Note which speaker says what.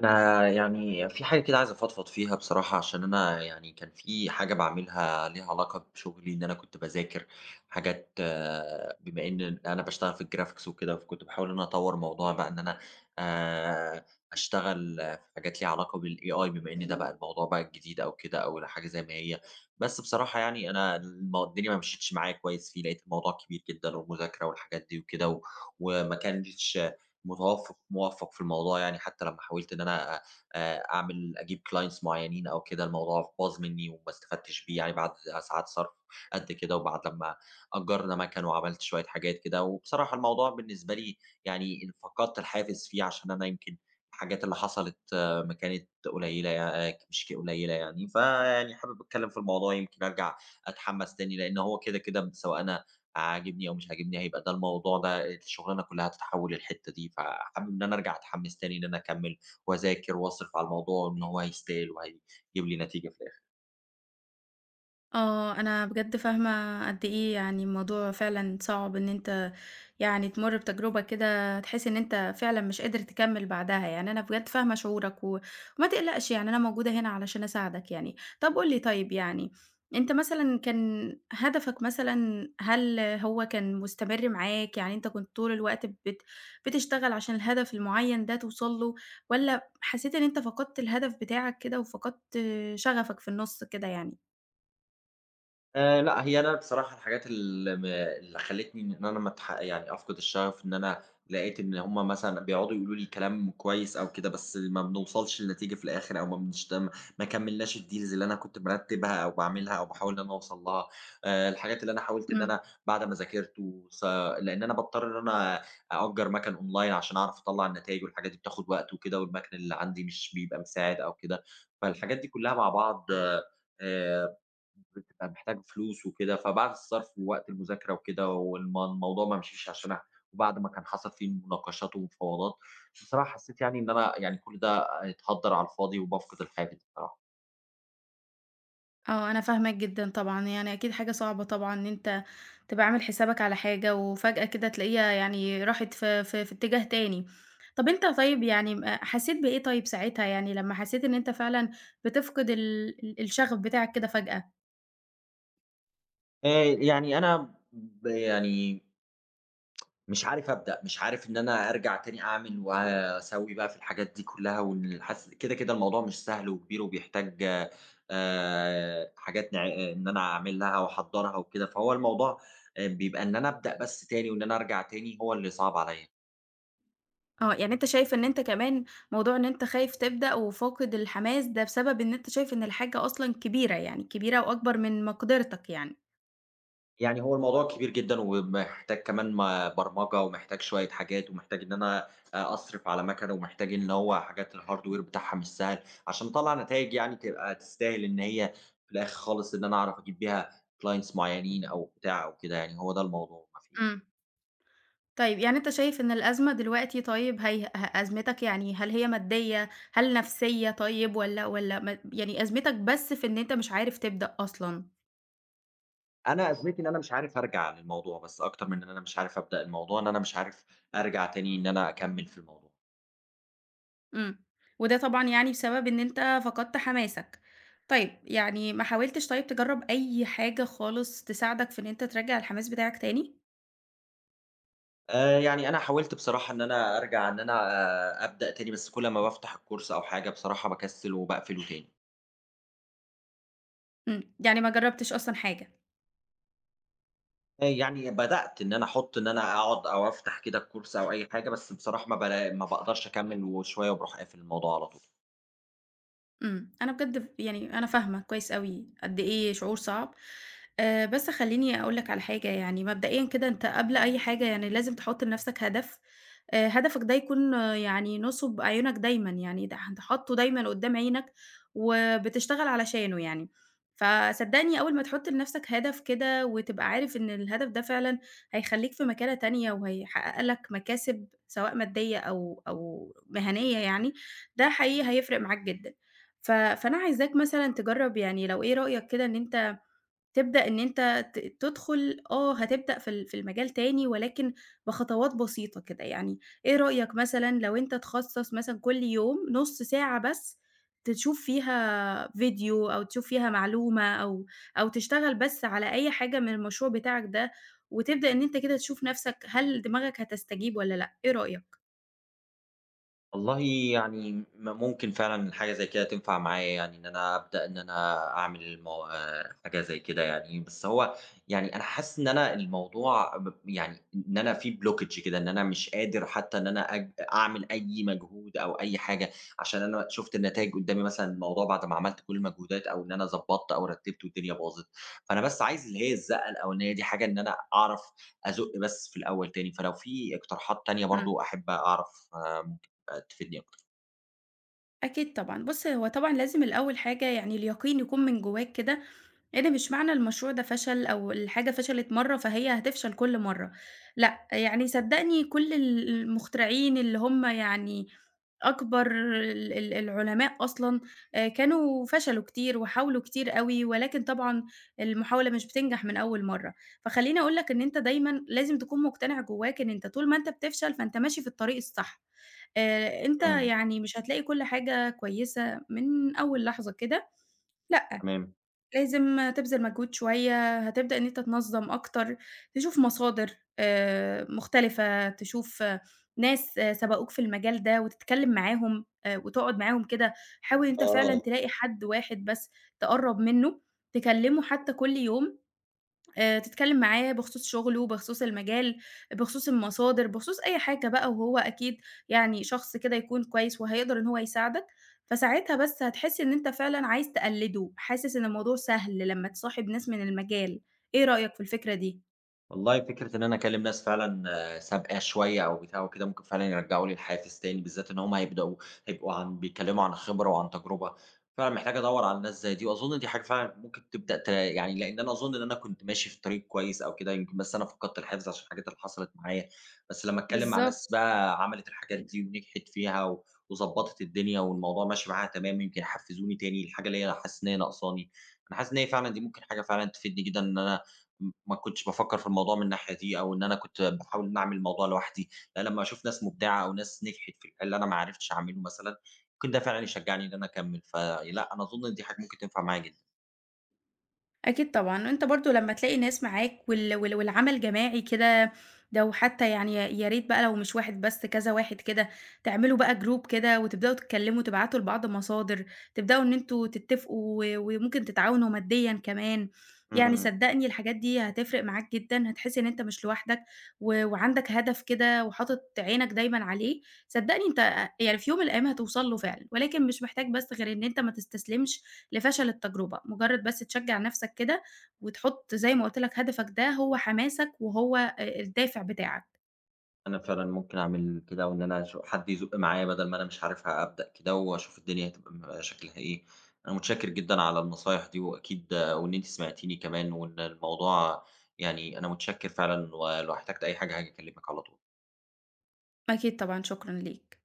Speaker 1: أنا يعني في حاجة كده عايز أفضفض فيها بصراحة، عشان أنا يعني كان في حاجة بعملها ليها علاقة بشغلي، إن أنا كنت باذاكر حاجات بما إن أنا بشتغل في الجرافيكس وكده، فكنت بحاول إن أنا أطور موضوع، بقى إن أنا آه، أشتغل في حاجات ليها علاقة بال AI، بما إن ده بقى الموضوع بقى الجديد أو كده أو حاجة زي ما هي. بس بصراحة يعني أنا الدنيا ما مشيتش معايا كويس فيه، لقيت الموضوع كبير جدا والمذاكرة والحاجات دي وكده وما كانش موفّق في الموضوع يعني. حتى لمّا حاولت إن أنا أ أعمل أجيب clients معيّنين أو كده، الموضوع باظ منّي وما استفدتش بيه يعني، بعد ساعات صرف قد كده، وبعد لمّا أجّرنا مَكَن وعملت شوية حاجات كده، وبصراحة الموضوع بالنسبة لي يعني إن فقدت الحافز فيه، عشان أنا يمكن الحاجات اللي حصلت ما كانت قليّلة يع آه، مش قليّلة يعني، فيعني حابب أتكلّم في الموضوع، يمكن أرجع أتحمّس تاني، لإن هو كده، كده سواء أنا عاجبني أو مش عاجبني هيبقى ده الموضوع ده الشغلانة كلّها هتتحول للحتّة دي، فحابب إن أنا أرجع أتحمّس تاني إن أنا أكمّل وأذاكر وأصرف على الموضوع، وإن هو هيستاهل وهيجيب لي نتيجة في الآخر.
Speaker 2: آه، أنا بجد فاهمة قد إيه يعني الموضوع فعلًا صعب إن أنت يعني تمُر بتجربة كده تحس إن أنت فعلًا مش قادر تكمّل بعدها، يعني أنا بجد فاهمة شعورك و وما تقلقش يعني أنا موجودة هنا علشان أساعدك يعني. طَب قُل لي طيب يعني أنت مثلًا كان هدفك مثلًا هل هو كان مستمر معاك، يعني أنت كنت طول الوقت بتشتغل عشان الهدف المُعيّن ده توصل له والّا حسيت إن أنت فقدت الهدف بتاعك كده وفقدت شغفك في النُص كده يعني؟
Speaker 1: لأ، هي أنا بصراحة الحاجات اللي اللي خلّتني إن أنا ما اتح يعني أفقد الشغف، إن أنا لقيت إن هم مثلًا بيقعدوا يقولوا لي كلام كويس أو كده، بس ما بنوصلش لنتيجة في الآخر، أو ما كمّلناش الdeals اللي أنا كنت مرتّبها أو باعملها أو باحاول إن أنا أوصل لها. الحاجات اللي أنا حاولت إن
Speaker 2: إمم.
Speaker 1: أنا بعد ما ذاكرت لإن أنا باضطر إن أنا أأجّر مَكَن أونلاين عشان أعرف أطلّع النتايج، والحاجات دي بتاخد وقت وكده، والمَكَن اللي عندي مش بيبقى مساعد أو كده، فالحاجات دي كلّها مع بعض آآ بتبقى محتاج فلوس وكده، فبعد الصرف ووقت المذاكرة وكده الموضوع ما مشيش عشان وبعد ما كان حصل فيه مناقشات ومفاوضات، بصراحة حسيت يعني إن أنا يعني كل ده اتهدّر على الفاضي وبافقد الحافز بصراحة.
Speaker 2: آه، أنا فاهماك جدًا طبعًا، يعني أكيد حاجة صعبة طبعًا إن أنت تبقى عامل حسابك على حاجة وفجأة كده تلاقيها يعني راحت في اتجاه تاني. طب أنت طيب يعني م حسيت بإيه طيب ساعتها، يعني لمّا حسيت إن أنت فعلًا بتفقد ال ال الشغف بتاعك كده فجأة؟
Speaker 1: يعني أنا ب يعني مش عارف أبدأ، مش عارف إن أنا أرجع تاني أعمل وأسوّي بقى في الحاجات دي كلّها، وإن حاسس كده، كده الموضوع مش سهل وكبير وبيحتاج حاجات نع إن أنا أعمل لها وأحضّرها وكده، فهو الموضوع بيبقى إن أنا أبدأ بس تاني، وإن أنا أرجع تاني هو اللي صعب عليّا.
Speaker 2: آه، يعني أنت شايف إن أنت كمان موضوع إن أنت خايف تبدأ وفاقد الحماس ده بسبب إن أنت شايف إن الحاجة أصلًا كبيرة يعني، كبيرة وأكبر من مقدرتك يعني.
Speaker 1: يعني هو الموضوع كبير جدًا، ومحتاج كمان ما برمجة، ومحتاج شوية حاجات، ومحتاج إن أنا أصرف على مكنة، ومحتاج إن هو حاجات الhardware بتاعها مش سهل، عشان أطلّع نتايج يعني تبقى تستاهل، إن هي في الآخر خالص إن أنا أعرف أجيب بيها clients معيّنين أو بتاع أو كده يعني، هو ده الموضوع ما في.
Speaker 2: إمم. طيب، يعني أنت شايف إن الأزمة دلوقتي طيب هي ه أزمتك يعني هل هي مادية، هل نفسية طيب والّا م يعني أزمتك بس في إن أنت مش عارف تبدأ أصلًا،
Speaker 1: أنا أزمتي إن أنا مش عارف أرجع للموضوع بس، أكتر من إن أنا مش عارف أبدأ الموضوع، إن أنا مش عارف أرجع تاني إن أنا أكمّل في الموضوع.
Speaker 2: إمم، وده طبعًا يعني بسبب إن أنت فقدت حماسك. طيب، يعني ما حاولتش طيب تجرّب أي حاجة خالص تساعدك في إن أنت ترجّع الحماس بتاعك تاني؟
Speaker 1: يعني أنا حاولت بصراحة إن أنا أرجع، إن أنا أبدأ تاني، بس كل ما بافتح الcourse أو حاجة بصراحة باكسل وباقفله تاني.
Speaker 2: إمم، يعني ما جرّبتش أصلًا حاجة؟
Speaker 1: يعني بدأت إن أنا أحط إن أنا أقعد أو أفتح كده الcourse أو أي حاجة، بس بصراحة ما باقدرش أكمل وشوية وباروح قافل الموضوع على طول.
Speaker 2: إمم. أنا بجد ف يعني أنا فاهمة كويس أوي قد إيه شعور صعب. بس خلّيني أقول لك على حاجة، يعني مبدئيًا كده أنت قبل أي حاجة يعني لازم تحُط لنَفْسك هدف، هدفك ده يكون آه، يعني نُصُب أعينك دايمًا، يعني ده أنت حاطّه دايمًا قُدّام عينك وبتشتغل علشانه يعني. فصدّقني أول ما تحُط لنَفْسك هدف كده وتبقى عارف إن الهدف ده فعلًا هيخلّيك في مكانة تانية وهيحقق لك مكاسب سواء مادية أو مهنية يعني، ده حقيقي هيفرق معاك جدًا. ف فأنا عايزاك مثلًا تجرّب يعني لو إيه رأيك كده إن أنت تبدأ إن أنت تدخل آه، هتبدأ في المجال تاني ولكن بخطوات بسيطة كده، يعني إيه رأيك مثلًا لو أنت تخصّص مثلًا كل يوم نُص ساعة بس تشوف فيها فيديو أو تشوف فيها معلومة أو أو تشتغل بس على أي حاجة من المشروع بتاعك ده، وتبدأ إن أنت كده تشوف نَفْسك هل دماغك هتستجيب والّا لأ، إيه رأيك؟
Speaker 1: والله يعني م ممكن فعلًا حاجة زي كده تنفع معايا يعني، إن أنا أبدأ إن أنا أعمل المو حاجة زي كده يعني، بس هو يعني أنا حاسس إن أنا الموضوع ب يعني إن أنا في blockage كده، إن أنا مش قادر حتى إن أنا أعمل أي مجهود أو أي حاجة، عشان أنا شُفت النتايج قدّامي، مثلًا الموضوع بعد ما عملت كل المجهودات أو إن أنا ضبّطت أو رتّبت والدنيا باظت، فأنا بس عايز اللي هي الزقة الأولانية دي، حاجة إن أنا أعرف أزُق بس في الأول تاني. فلو في اقتراحات تانية
Speaker 2: إمم،
Speaker 1: برضه أحب أعرف تفيدني أكتر.
Speaker 2: أكيد طبعًا. بُص، هو طبعًا لازم الأول حاجة يعني اليقين يكون من جواك كده إيه ده مش معنى المشروع ده فشل أو الحاجة فشلت مرّة فهي هتفشل كل مرّة، لأ، يعني صدّقني كل المخترعين اللي هم يعني أكبر ال ال العلماء أصلًا كانوا فشلوا كتير وحاولوا كتير أوي، ولكن طبعًا المحاولة مش بتنجح من أول مرّة، فخلّيني أقول لك إن أنت دايمًا لازم تكون مقتنع جواك إن أنت طول ما أنت بتفشل فأنت ماشي في الطريق الصح، أنت
Speaker 1: إمم،
Speaker 2: يعني مش هتلاقي كل حاجة كويسة من أول لحظة كده، لأ
Speaker 1: تمام.
Speaker 2: لازم تبذل مجهود شوية، هتبدأ إن أنت تنظّم أكتر، تشوف مصادر مختلفة، تشوف آه، ناس آه، سبقوك في المجال ده وتتكلّم معاهم وتقعد معاهم كده، حاول أنت فعلًا
Speaker 1: آه.
Speaker 2: تلاقي حد واحد بس تقرّب منّه، تكلّمه حتى كل يوم تتكلّم معاه بخصوص شُغله، بخصوص المجال، بخصوص المصادر، بخصوص أي حاجة بقى وهو أكيد يعني شخص كده يكون كويس وهيقدر إن هو يساعدك، فساعتها بس هتحس إن أنت فعلًا عايز تقلّده، حاسس إن الموضوع سهل لمّا تصاحب ناس من المجال، إيه رأيك في الفكرة دي؟
Speaker 1: والله فكرة إن أنا أكلّم ناس فعلًا سابقاه شوية أو بتاع وكده، ممكن فعلًا يرجّعوا لي الحافز تاني، بالذات إن هُم هيبقوا بيتكلّموا عن خبرة وعن تجربة. فعلًا محتاج أدوّر على ناس زي دي، وأظُن دي حاجة فعلًا ممكن تبدأ ت يعني، لإن أنا أظُن إن أنا كنت ماشي في طريق كويس أو كده، يمكن بس أنا فقدت الحافز عشان الحاجات اللي حصلت معايا، بس لمّا أتكلّم مع
Speaker 2: بالضبط.
Speaker 1: ناس بقى عملت الحاجات دي ونجحت فيها و وضبّطت الدنيا والموضوع ماشي معاها تمام، يمكن يحفّزوني تاني، الحاجة اللي هي حاسس إن هي ناقصاني. أنا حاسس إن هي فعلًا دي ممكن حاجة فعلًا تفيدني جدًا، إن أنا ما كنتش بافكّر في الموضوع من الناحية دي، أو إن أنا كنت باحاول إن أنا أعمل الموضوع لوحدي. لا، لمّا أشوف ناس مبدعة أو ناس نجحت في الحل اللي أنا ما عرفتش أعمله مثلًا، ممكن ده فعلًا يشجعني إن أنا أكمّل، فلأ أنا أظن إن دي حاجة ممكن تنفع معايا جدًا.
Speaker 2: أكيد طبعًا، أنت برضه لمّا تلاقي ناس معاك والعمل جماعي كده، ده وحتى يعني يا ريت بقى لو مش واحد بس كذا واحد كده، تعملوا بقى group كده وتبدأوا تتكلموا، تبعتوا لبعض مصادر، تبدأوا إن أنتم تتفقوا و وممكن تتعاونوا ماديًا كمان، يعني
Speaker 1: إمم.
Speaker 2: صدّقني الحاجات دي هتفرق معاك جدًا، هتحس إن أنت مش لوحدك و وعندك هدف كده وحاطط عينك دايمًا عليه، صدّقني أنت يعني في يوم من الأيام هتوصل له فعلًا، ولكن مش محتاج بس غير إن أنت ما تستسلمش لفشل التجربة، مجرد بس تشجّع نَفْسك كده وتحُط زي ما قُلت لك هدفك ده هو حماسك وهو الدافع بتاعك.
Speaker 1: أنا فعلًا ممكن أعمل كده، وإن أنا أشو حد يزُق معايا بدل ما أنا مش عارفها أبدأ كده، وأشوف الدنيا هتبقى شكلها إيه. أنا متشكر جدًا على النصايح دي، وأكيد وإن أنتِ سمعتيني كمان، وإن الموضوع يعني أنا متشكر فعلًا، ولو احتجت أي حاجة هاجي أكلمِك على طول.
Speaker 2: أكيد طبعًا، شكرًا ليك.